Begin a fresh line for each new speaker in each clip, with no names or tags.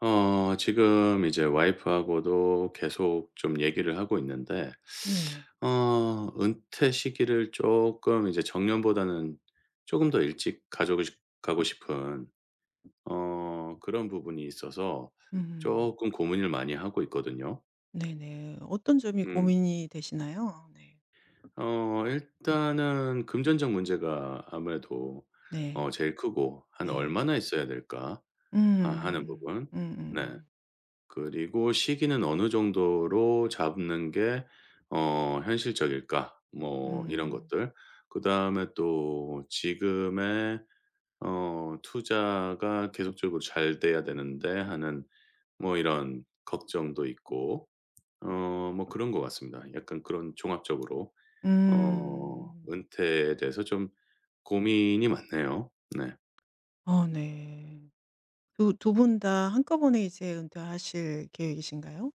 지금 이제 와이프하고도 계속 좀 얘기를 하고 있는데
네.
은퇴 시기를 조금 이제 정년보다는 조금 더 일찍 가족고싶 가고 싶은 그런 부분이 있어서
음.
조금 고민을 많이 하고 있거든요.
네네. 어떤 점이
음.
고민이 되시나요? 네.
일단은 금전적 문제가 아무래도
네.
제일 크고 '한
네.
얼마나 있어야 될까?' 하는
음.
부분. 네.
음음음.
그리고 시기는 어느 정도로 잡는 게 현실적일까?
음.
뭐 이런
음.
것들. 그다음에 또 지금의 투자가 계속적으로 잘 돼야 되는데 하는 뭐 이런 걱정도 있고 뭐 그런 것 같습니다. 약간 그런 종합적으로
음.
은퇴에 대해서 좀 고민이 많네요. 네.
어 네. 두 분 다 한꺼번에 이제 은퇴하실 계획이신가요?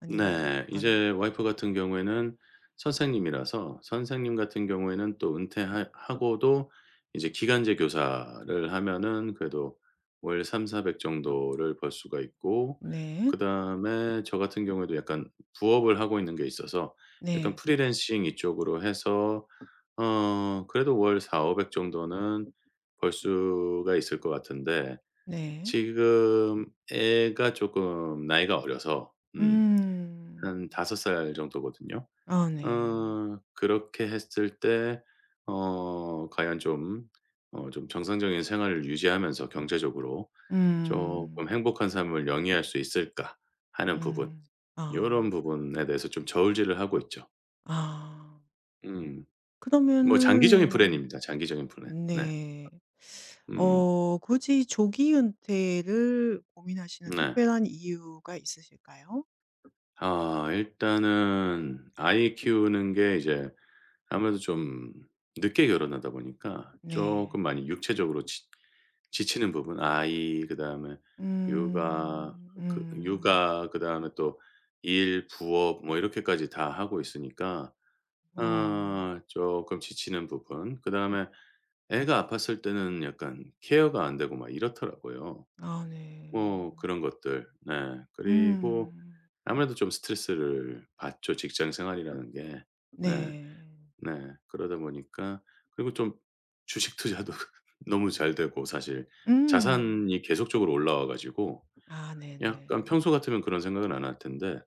아니면
네.
아 네.
이제 와이프 같은 경우에는 선생님이라서 선생님 같은 경우에는 또 은퇴하 하고도 이제 기간제 교사를 하면은 그래도 월3 사백 4 0 0 정도를 벌 수가 있고
네.
그다음에 저 같은 경우에도 약간 부업을 하고 있는 게 있어서 약간
네.
프리랜싱 이쪽으로 해서 그래도 월4 오백 5 0 0 정도는 벌 수가 있을 것 같은데
네.
지금 애가 쪼끔 나이가 어려서
음.
한 5살 정도거든요.
아 네.
그렇게 했을 때 과연 좀 좀 정상적인 생활을 유지하면서 경제적으로 조금
음.
행복한 삶을 영위할 수 있을까 하는 부분
음.
요런
아.
부분에 대해서 좀 저울질을 하고 있죠.
아.
음. 뭐 장기적인
그러면은
플랜입니다. 장기적인 플랜. 네.
네.
음.
어 굳이 조기 은퇴를 고민하시는
네.
특별한 이유가 있으실까요?
일단은 아이 키우는 게 이제 아무래도 좀 늦게 결혼하다 보니까 조금
네.
많이 육체적으로 지 지치는 부분 아이 그다음에 육아
음. 음.
육아 그다음에 또 일, 부업 뭐 이렇게까지 다 하고 있으니까
어.
조금 지치는 부분
음.
그다음에 애가 아팠을 때는 약간 케어가 안 되고 막 이렇더라고요.
아 네.
뭐 그런 것들. 네. 그리고
음.
아무래도 좀 스트레스를 받죠, 직장 생활이라는 게. 네.
네.
네. 그러다 보니까 그리고 좀 주식 투자도 너무 잘 되고 사실
음.
자산이 계속적으로 올라와 가지고
아
약간
네네.
평소 같으면 그런 생각은 안 할 텐데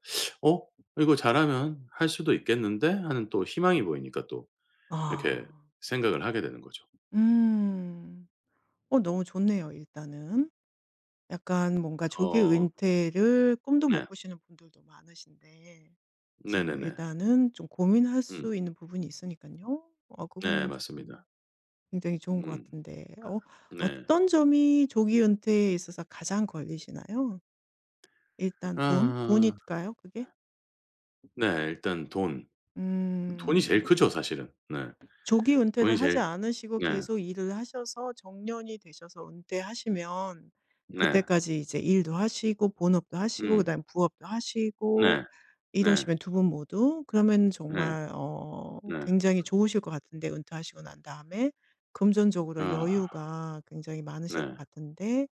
'어 이거 잘하면 할 수도 있겠는데?' 하는 또 희망이 보이니까 또 이렇게
아.
생각을 하게 되는 거죠.
음. 어 너무 좋네요 일단은. 약간 뭔가 조기
어.
은퇴를 꿈도 못
네.
꾸시는 분들도 많으신데 지금
네네네.
일단은 좀 고민할
음.
수 있는 부분이 있으니까요. 어
네,
그거는 조금
맞습니다.
굉장히 좋은 것
음.
같은데 어
네.
어떤 점이 조기 은퇴에 있어서 가장 걸리시나요? 일단 돈?
아,
돈일까요 그게?
네. 일단 돈. 돈이 제일
음.
크죠 사실은. 네.
조기 은퇴를
돈이
하지
제일 크-
않으시고
네.
계속 일을 하셔서 정년이 되셔서 은퇴하시면
네.
그때까지 이제 일도 하시고 본업도 하시고
음.
그다음에 부업도 하시고
네. 네.
이러시면 두 분 모두 그러면
네.
정말 어
네.
굉장히 좋으실 것 같은데, 은퇴하시고 난 다음에 금전적으로
아,
여유가 굉장히 많으실 것
네.
같은데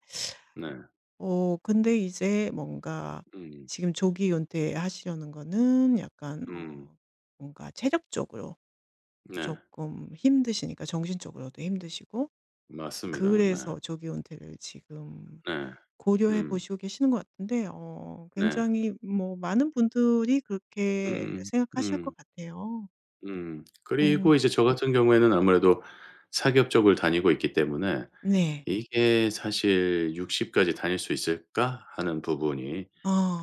네.
어 근데 이제 뭔가
음.
지금 조기 은퇴하시려는 거는 약간
음.
어 뭔가 체력적으로
네.
조금 힘드시니까 정신적으로도 힘드시고,
맞습니다. 네.
그래서 조기 은퇴를 지금
네.
고려해
음.
보시고 계시는 것 같은데, 어
네.
굉장히 뭐 많은 분들이 그렇게
음.
생각하실 것
음.
같아요.
음. 그리고
공,
이제 저 같은 경우에는 아무래도 사기업 쪽을 다니고 있기 때문에
네.
이게 사실 '60 까지 다닐 수 있을까?' 하는 부분이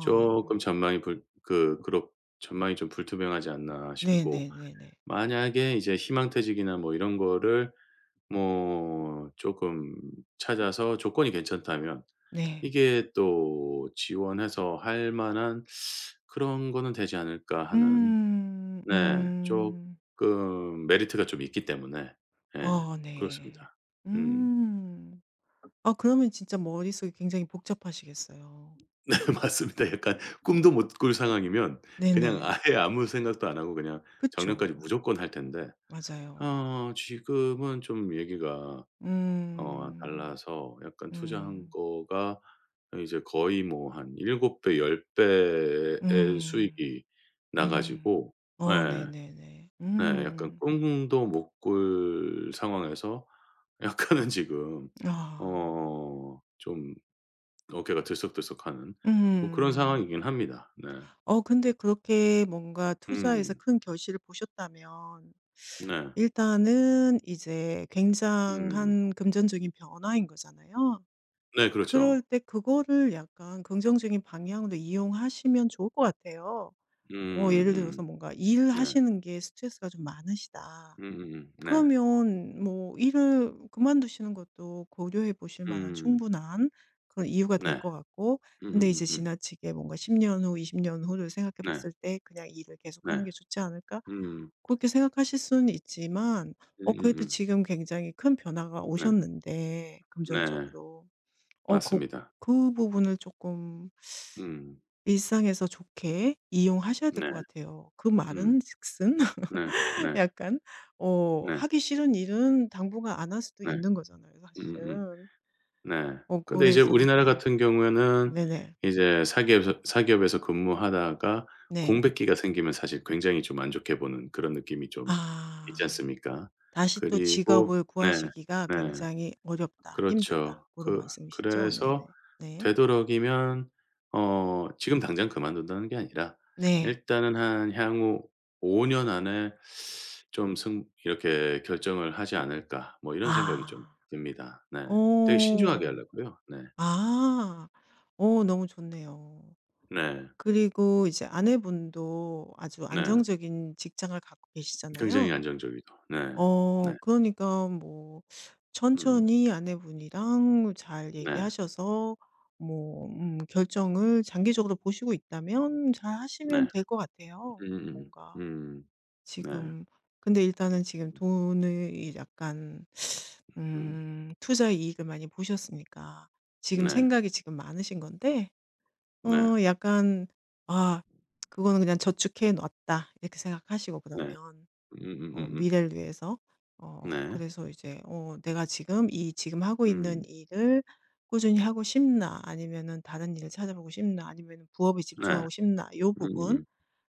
쪼끔 전망이 불 그 그렇 전망이 좀 불투명하지 않나 싶고
네네네네.
만약에 이제 희망퇴직이나 뭐 이런 거를 뭐 조금 찾아서 조건이 괜찮다면
네.
이게 또 지원해서 할 만한 그런 거는 되지 않을까 하는
음.
네
음.
조금 메리트가 좀 있기 때문에 예
어 네.
그렇습니다. 음
음. 아 그러면 진짜 머릿속이 굉장히 복잡하시겠어요.
네 맞습니다. 약간 꿈도 못꿀 상황이면 그냥
네네.
아예 아무 생각도 안 하고 그냥 정년까지
그쵸.
무조건 할 텐데
맞아요.
지금은 좀 얘기가
음.
달라서 약간 투자한
음.
거가 이제 거의 뭐 한 7배 10 배의
음.
수익이 나
음.
가지고
어
예.
네네네.
네 약간
음.
꿈도 못 꿀 상황에서 약간은 지금
아.
좀 어깨가 들썩들썩하는 뭐 그런
음.
상황이긴 합니다. 네.
어 근데 그렇게 뭔가 투자에서
음.
큰 결실을 보셨다면
네.
일단은 이제
음.
굉장한 금전적인 변화인 거잖아요.
네
그럴
그렇죠.
때 그거를 약간 긍정적인 방향으로 이용하시면 좋을 것 같아요. 어 예를
음음.
들어서 뭔가
네.
일하시는 게 스트레스가 좀 많으시다.
네.
그러면 뭐 일을 그만두시는 것도 고려해 보실
음.
만한 충분한 그런 이유가 될
네.
것 같고, 근데 이제
음음음음.
지나치게 뭔가 10년 후, 20년 후를 생각해
네.
봤을 때 '그냥 일을 계속하는
네.
게 좋지 않을까?'
음.
그렇게 생각하실 수는 있지만 어 그래도
음음음.
지금 굉장히 큰 변화가
네.
오셨는데
네.
금전적으로 어 그
맞습니다.
그 부분을 조금
음.
일상에서 좋게 이용하셔야 될
네.
것 같아요. 그
음.
말은 즉슨
네. 네.
약간 어
네.
하기 싫은 일은 당분간 안 할 수도
네.
있는 거잖아요,
음음음.
사실은.
네.
어
근데 이제
그래서
우리나라
네.
같은 경우에는
네네.
이제 사기업에서 근무하다가
네.
공백기가 생기면 사실 굉장히 좀 안 좋게 보는 그런 느낌이 좀 있지
아.
않습니까?
다시 또
그리고
직업을
네.
구하시기가
네.
굉장히 어렵다, 힘들다
그렇죠.
고런
그
말씀이시죠? 네네.
그래서
네.
되도록이면 지금 당장 그만둔다는 게 아니라
네.
일단은 한 향후 5년 안에 좀 승 이렇게 '결정을 하지 않을까.' 뭐 이런 생각이 좀
아.
듭니다. 네. 되게 신중하게
어.
하려고요. 네.
아. 어 너무 좋네요.
네.
그리고 이제 아내분도 아주
네.
안정적인 직장을 갖고
굉장히
계시잖아요.
안정적이죠. 네.
어
네.
그러니까 뭐
음.
천천히 아내분이랑 잘
네.
얘기하셔서 뭐 결정을 장기적으로 보시고 있다면 잘 하시면
네.
될 것 같아요.
음음. 음.
뭔가
음. 네.
지금 근데 일단은 지금 돈을 약간
음.
투자 이익을 많이 보셨으니까 지금
네.
생각이 지금 많으신 건데
네.
어 약간 '아 그거는 그냥 저축해 놨다.' 이렇게 생각하시고,
네.
그러면 어
음음음음.
미래를 위해서. 어
네.
그래서 이제 어 '내가 지금 이 지금 하고 있는
음.
일을 꾸준히 하고 싶나? 아니면은 다른 일을 찾아보고 싶나? 아니면은 부업에
네.
집중하고 싶나?' 요 부분
음음음.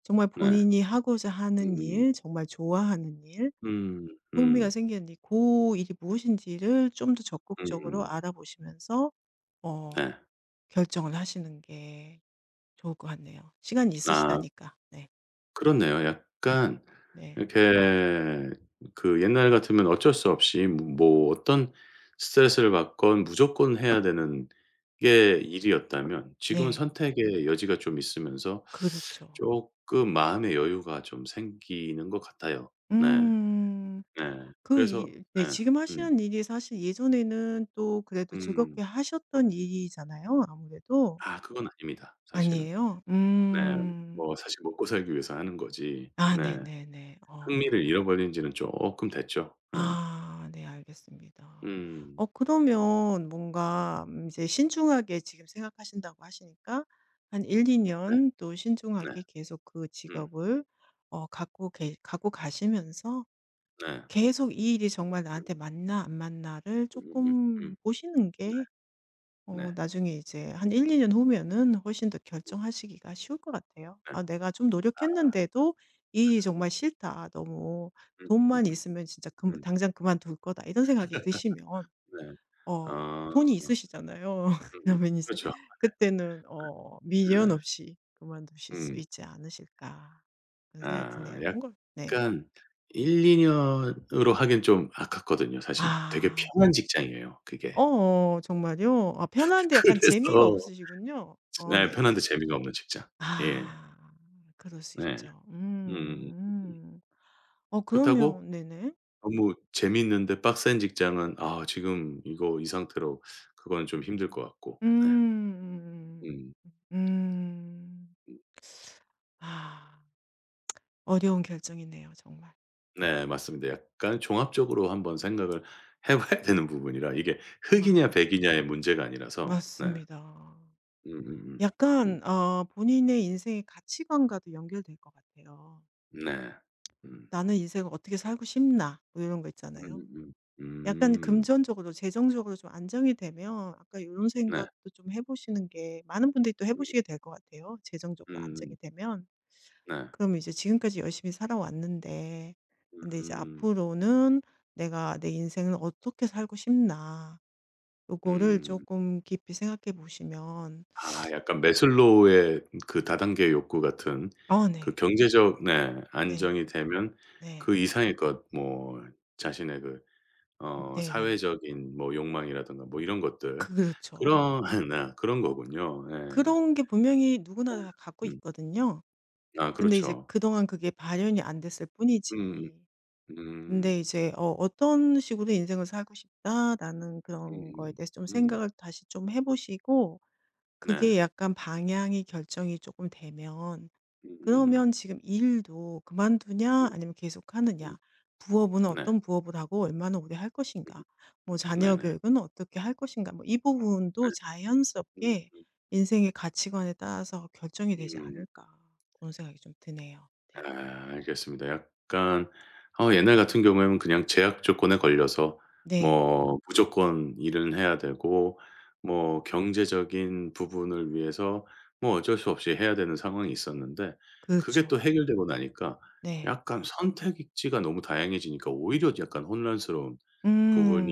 정말
네.
본인이 하고자 하는
음.
일, 정말 좋아하는 일,
음.
흥미가
음.
생기는 일, 고 일이 무엇인지를 좀 더 적극적으로
음
알아보시면서 어
네.
결정을 하시는 게 좋을 것 같네요. 시간이
아
있으시다니까. 네.
그렇네요. 약간
네.
이렇게 그 옛날 같으면 어쩔 수 없이 뭐 뭐 어떤 스트레스를 받건 무조건 해야 되는 게 일이었다면 지금은
네.
선택의 여지가 좀 있으면서
그렇죠.
쪼끔 마음의 여유가 좀 생기는 것 같아요. 네.
음.
네.
그
그래서
이 네,
네.
지금
음.
하시는 일이 사실 예전에는 또 그래도
음.
즐겁게 하셨던 일이잖아요 아무래도.
아, 그건 아닙니다 사실은.
아니에요?
네.
음.
뭐 사실 먹고 살기 위해서 하는 거지.
아
네.
네네네.
흥미를
어.
잃어버린 지는 쪼끔 됐죠. 예.
아 네 알겠습니다.
음.
어 그러면 뭔가 이제 신중하게 지금 생각하신다고 하시니까 한 1-2
네.
년 또
네.
신중하게 계속 그
음.
직업을 어 갖고 가시면서
네.
계속 '이 일이 정말 나한테 맞나 안 맞나.'를
음음음. 음. 음.
조금
음.
보시는 게 어
네.
나중에 이제 한 1-2년 후면은 훨씬 더 결정하시기가 쉬울 것 같아요.
네.
'아 내가 좀 노력했는데도 이 일이 정말 싫다. 너무
음음.
돈만
음.
있으면 진짜 금
음.
당장 그만둘 거다.' 이런 생각이 드시면
네.
어
아.
돈이 있으시잖아요.
음음.
그러면 이제
그렇죠.
그때는 어
네.
미련 없이 그만두실 수
음.
있지 않으실까, 그런 생각이
아
드네요. 뭔가 네.
약간 1~2 년으로 하기엔 좀 아깝거든요. 사실 되게
아.
편한 직장이에요 그게.
어 정말요? 아 편한데 약간 재미가
그래서
없으시군요. 어
네
네네.
편한데 재미가 없는 직장. 예.
아. 그럴 수
네.
있죠. 음.
음.
음. 어
그렇다고
그러면 네네.
너무 재미있는데 빡센 직장은 지금 이거 이 상태로 그거는 좀 힘들 것 같고. 네.
음.
음.
음. 음. 아. 어려운 결정이네요 정말.
네 맞습니다. 약간 종합적으로 한번 생각을 해 봐야 되는 부분이라 이게
맞
흑이냐 백이냐의 문제가 아니라서. 네.
맞습니다.
음음음. 음. 음.
약간 어 본인의 인생의 가치관과도 연결될 것 같아요.
음. 네. 음.
'나는 인생을 어떻게 살고 싶나?' 뭐런거 있잖아요.
음음음. 음.
약간
음. 음.
금전적으로 재정적으로 좀 안정이 되면 아까 이런
네.
생각도 좀 해 보시는 게, 많은 분들이 또 해 보시게 될 것 같아요, 재정적으로
음.
안정이
음.
되면.
네.
그럼 이제 지금까지 열심히 살아왔는데 근데 이제
음.
'앞으로는 내가 내 인생을 어떻게 살고 싶나.' 요거를
음.
조금 깊이 생각해 보시면
약간 매슬로우의 그 다단계 욕구 같은
아
그
네.
경제적 네
네네.
안정이 되면
네.
그 이상의 것 뭐 자신의 그
네네.
사회적인 뭐 욕망이라든가 뭐 이런 것들
그,
그런
그렇죠.
네 그런 거군요. 예.
그런 게 분명히 누구나 다 갖고
음.
있거든요.
아
근데 이제
그렇죠.
그동안 그게 발현이 안 됐을
음음.
뿐이지.
음.
근데 이제 어 '어떤 식으로 인생을 살고 싶다.'라는
음음.
그런 거에
음.
대해서 좀 생각을 다시 좀 해 보시고
네.
그게 약간 방향이 결정이 조금 되면
음.
그러면 지금 일도 그만두냐 아니면
음, 음.
계속하느냐, 부업은
네.
어떤 부업을 하고 얼마나 오래 할 것인가, 뭐 자녀
네네.
교육은 어떻게 할 것인가, 뭐 이 부분도 자연스럽게 인생의 가치관에 따라서 결정이 되지
음음.
않을까, 그런 생각이 좀 드네요. 네.
아 알겠습니다. 약간 옛날 같은 경우에는 그냥 제약 조건에 걸려서
네.
뭐 무조건 일은 해야 되고 뭐 경제적인 부분을 위해서 뭐 어쩔 수 없이 해야 되는 상황이 있었는데 그게 또
그렇죠.
해결되고 나니까
네.
약간 선택지가 너무 다양해지니까 오히려 약간 혼란스러운 부분이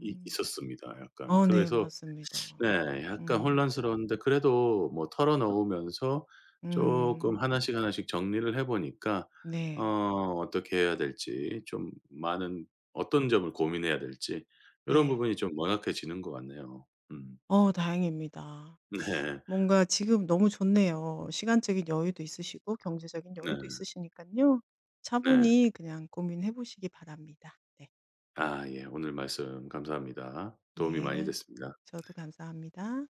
이 있었습니다. 약간
어 네.
그래서
맞습니다.
네. 약간 혼
음.
란스러운데 그래도 뭐 털어 놓으면서 쪼끔
음.
하나씩 하나씩 정리를 해 보니까 어
네.
어떻게 해야 될지 좀 많은 어떤 점을 고민해야 될지 요런
네.
부분이 좀 명확해지는 것 같네요. 음.
어 다행입니다.
네.
뭔가 지금 너무 좋네요.
음
시간적인 여유도 있으시고 경제적인
네.
여유도 있으시니까요.
네.
차분히 그냥 고민해 보시기 바랍니다. 네.
아 예. 오늘 말씀 감사합니다. 도움이 많이
네.
됐습니다.
저도 감사합니다.